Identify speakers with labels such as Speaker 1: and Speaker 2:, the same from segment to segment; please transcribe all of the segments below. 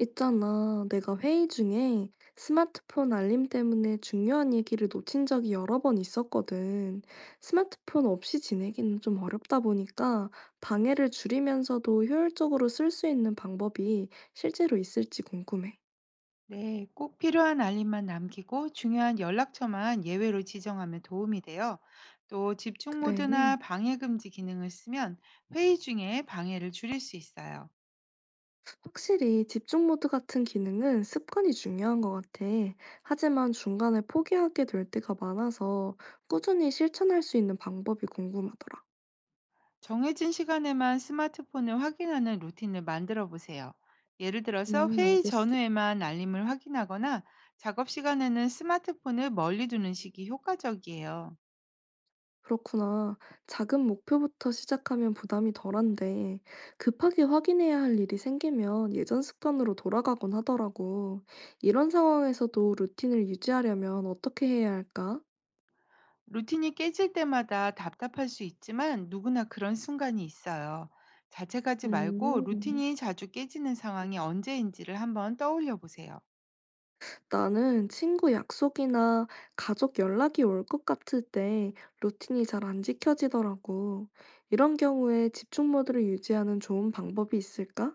Speaker 1: 있잖아, 내가 회의 중에 스마트폰 알림 때문에 중요한 얘기를 놓친 적이 여러 번 있었거든. 스마트폰 없이 지내기는 좀 어렵다 보니까 방해를 줄이면서도 효율적으로 쓸 수 있는 방법이 실제로 있을지 궁금해.
Speaker 2: 네, 꼭 필요한 알림만 남기고 중요한 연락처만 예외로 지정하면 도움이 돼요. 또 집중
Speaker 1: 그래.
Speaker 2: 모드나 방해 금지 기능을 쓰면 회의 중에 방해를 줄일 수 있어요.
Speaker 1: 확실히 집중 모드 같은 기능은 습관이 중요한 것 같아. 하지만 중간에 포기하게 될 때가 많아서 꾸준히 실천할 수 있는 방법이 궁금하더라.
Speaker 2: 정해진 시간에만 스마트폰을 확인하는 루틴을 만들어 보세요. 예를 들어서 회의
Speaker 1: 알겠어.
Speaker 2: 전후에만 알림을 확인하거나 작업 시간에는 스마트폰을 멀리 두는 식이 효과적이에요.
Speaker 1: 그렇구나. 작은 목표부터 시작하면 부담이 덜한데, 급하게 확인해야 할 일이 생기면 예전 습관으로 돌아가곤 하더라고. 이런 상황에서도 루틴을 유지하려면 어떻게 해야 할까?
Speaker 2: 루틴이 깨질 때마다 답답할 수 있지만 누구나 그런 순간이 있어요. 자책하지 말고
Speaker 1: 음,
Speaker 2: 루틴이 자주 깨지는 상황이 언제인지를 한번 떠올려 보세요.
Speaker 1: 나는 친구 약속이나 가족 연락이 올 것 같을 때 루틴이 잘 안 지켜지더라고. 이런 경우에 집중 모드를 유지하는 좋은 방법이 있을까?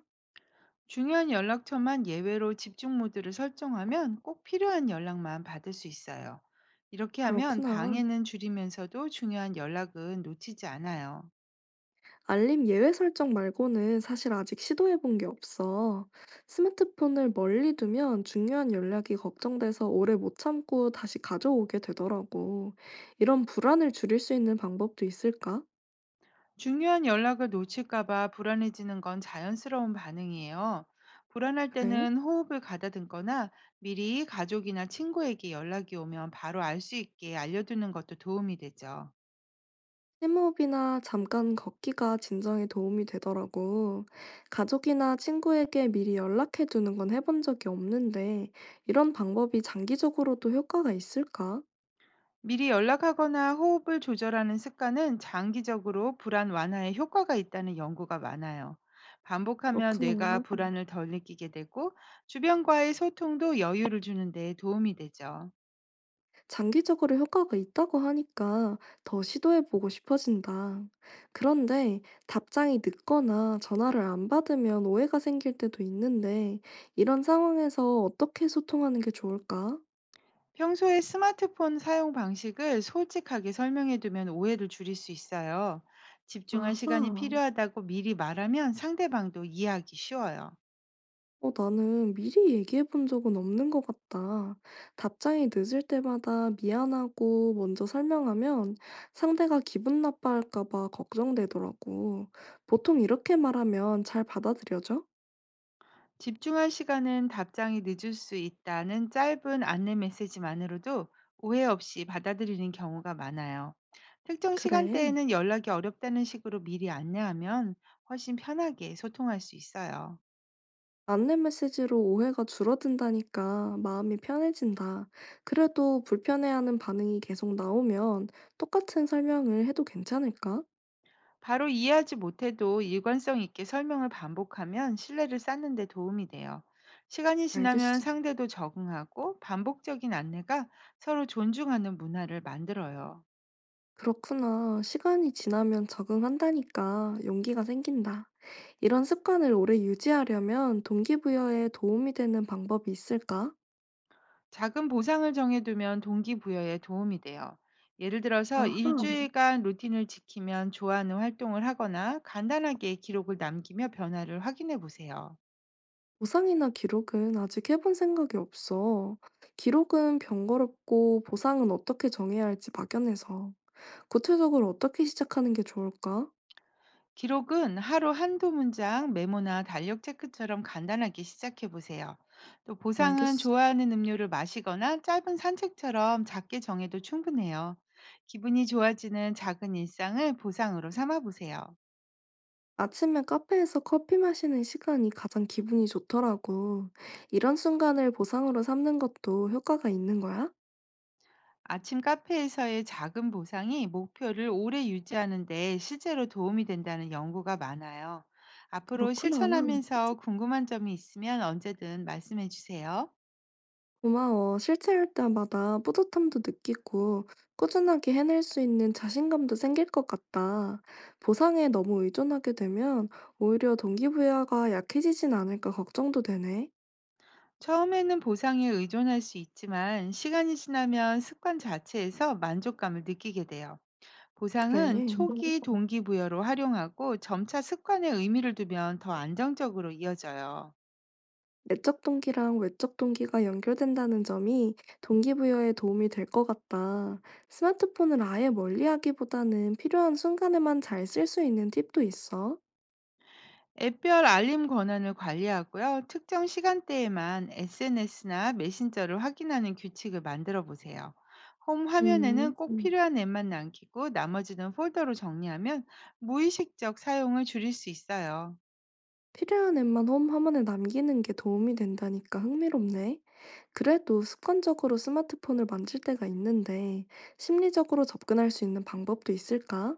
Speaker 2: 중요한 연락처만 예외로 집중 모드를 설정하면 꼭 필요한 연락만 받을 수 있어요. 이렇게 하면
Speaker 1: 그렇구나.
Speaker 2: 방해는 줄이면서도 중요한 연락은 놓치지 않아요.
Speaker 1: 알림 예외 설정 말고는 사실 아직 시도해 본 게 없어. 스마트폰을 멀리 두면 중요한 연락이 걱정돼서 오래 못 참고 다시 가져오게 되더라고. 이런 불안을 줄일 수 있는 방법도 있을까?
Speaker 2: 중요한 연락을 놓칠까봐 불안해지는 건 자연스러운 반응이에요. 불안할
Speaker 1: 그래.
Speaker 2: 때는 호흡을 가다듬거나 미리 가족이나 친구에게 연락이 오면 바로 알 수 있게 알려두는 것도 도움이 되죠.
Speaker 1: 심호흡이나 잠깐 걷기가 진정에 도움이 되더라고. 가족이나 친구에게 미리 연락해 두는 건 해본 적이 없는데, 이런 방법이 장기적으로도 효과가 있을까?
Speaker 2: 미리 연락하거나 호흡을 조절하는 습관은 장기적으로 불안 완화에 효과가 있다는 연구가 많아요. 반복하면 뇌가
Speaker 1: 그렇구나.
Speaker 2: 불안을 덜 느끼게 되고 주변과의 소통도 여유를 주는 데 도움이 되죠.
Speaker 1: 장기적으로 효과가 있다고 하니까 더 시도해보고 싶어진다. 그런데 답장이 늦거나 전화를 안 받으면 오해가 생길 때도 있는데, 이런 상황에서 어떻게 소통하는 게 좋을까?
Speaker 2: 평소에 스마트폰 사용 방식을 솔직하게 설명해 두면 오해를 줄일 수 있어요. 집중할 시간이
Speaker 1: 아하,
Speaker 2: 필요하다고 미리 말하면 상대방도 이해하기 쉬워요.
Speaker 1: 나는 미리 얘기해 본 적은 없는 것 같다. 답장이 늦을 때마다 미안하고 먼저 설명하면 상대가 기분 나빠할까 봐 걱정되더라고. 보통 이렇게 말하면 잘 받아들여져?
Speaker 2: 집중할 시간은 답장이 늦을 수 있다는 짧은 안내 메시지만으로도 오해 없이 받아들이는 경우가 많아요. 특정
Speaker 1: 그래.
Speaker 2: 시간대에는 연락이 어렵다는 식으로 미리 안내하면 훨씬 편하게 소통할 수 있어요.
Speaker 1: 안내 메시지로 오해가 줄어든다니까 마음이 편해진다. 그래도 불편해하는 반응이 계속 나오면 똑같은 설명을 해도 괜찮을까?
Speaker 2: 바로 이해하지 못해도 일관성 있게 설명을 반복하면 신뢰를 쌓는 데 도움이 돼요. 시간이 지나면
Speaker 1: 알겠어.
Speaker 2: 상대도 적응하고 반복적인 안내가 서로 존중하는 문화를 만들어요.
Speaker 1: 그렇구나. 시간이 지나면 적응한다니까 용기가 생긴다. 이런 습관을 오래 유지하려면 동기부여에 도움이 되는 방법이 있을까?
Speaker 2: 작은 보상을 정해두면 동기부여에 도움이 돼요. 예를 들어서
Speaker 1: 아하,
Speaker 2: 일주일간 루틴을 지키면 좋아하는 활동을 하거나 간단하게 기록을 남기며 변화를 확인해 보세요.
Speaker 1: 보상이나 기록은 아직 해본 생각이 없어. 기록은 번거롭고 보상은 어떻게 정해야 할지 막연해서. 구체적으로 어떻게 시작하는 게 좋을까?
Speaker 2: 기록은 하루 한두 문장, 메모나 달력 체크처럼 간단하게 시작해 보세요. 또 보상은
Speaker 1: 알겠어.
Speaker 2: 좋아하는 음료를 마시거나 짧은 산책처럼 작게 정해도 충분해요. 기분이 좋아지는 작은 일상을 보상으로 삼아 보세요.
Speaker 1: 아침에 카페에서 커피 마시는 시간이 가장 기분이 좋더라고. 이런 순간을 보상으로 삼는 것도 효과가 있는 거야?
Speaker 2: 아침 카페에서의 작은 보상이 목표를 오래 유지하는 데 실제로 도움이 된다는 연구가 많아요. 앞으로
Speaker 1: 그렇구나. 음.
Speaker 2: 실천하면서 궁금한 점이 있으면 언제든 말씀해 주세요.
Speaker 1: 고마워. 실천할 때마다 뿌듯함도 느끼고 꾸준하게 해낼 수 있는 자신감도 생길 것 같다. 보상에 너무 의존하게 되면 오히려 동기부여가 약해지진 않을까 걱정도 되네.
Speaker 2: 처음에는 보상에 의존할 수 있지만 시간이 지나면 습관 자체에서 만족감을 느끼게 돼요.
Speaker 1: 그래.
Speaker 2: 보상은 초기 동기부여로 활용하고 점차 습관에 의미를 두면 더 안정적으로 이어져요.
Speaker 1: 내적 동기랑 외적 동기가 연결된다는 점이 동기부여에 도움이 될 것 같다. 스마트폰을 아예 멀리하기보다는 필요한 순간에만 잘 쓸 수 있는 팁도 있어?
Speaker 2: 앱별 알림 권한을 관리하고요. 특정 시간대에만 SNS나 메신저를 확인하는 규칙을 만들어 보세요. 홈 화면에는
Speaker 1: 음,
Speaker 2: 꼭
Speaker 1: 음.
Speaker 2: 필요한 앱만 남기고 나머지는 폴더로 정리하면 무의식적 사용을 줄일 수 있어요.
Speaker 1: 필요한 앱만 홈 화면에 남기는 게 도움이 된다니까 흥미롭네. 그래도 습관적으로 스마트폰을 만질 때가 있는데 심리적으로 접근할 수 있는 방법도 있을까?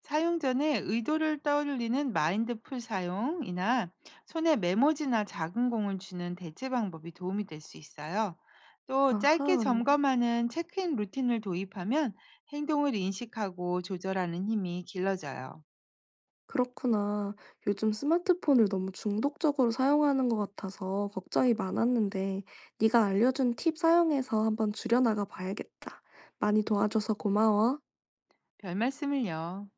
Speaker 2: 사용 전에 의도를 떠올리는 마인드풀 사용이나 손에 메모지나 작은 공을 주는 대체 방법이 도움이 될 수 있어요. 또 짧게
Speaker 1: 아하.
Speaker 2: 점검하는 체크인 루틴을 도입하면 행동을 인식하고 조절하는 힘이 길러져요.
Speaker 1: 그렇구나. 요즘 스마트폰을 너무 중독적으로 사용하는 것 같아서 걱정이 많았는데, 네가 알려준 팁 사용해서 한번 줄여나가 봐야겠다. 많이 도와줘서 고마워.
Speaker 2: 별 말씀을요.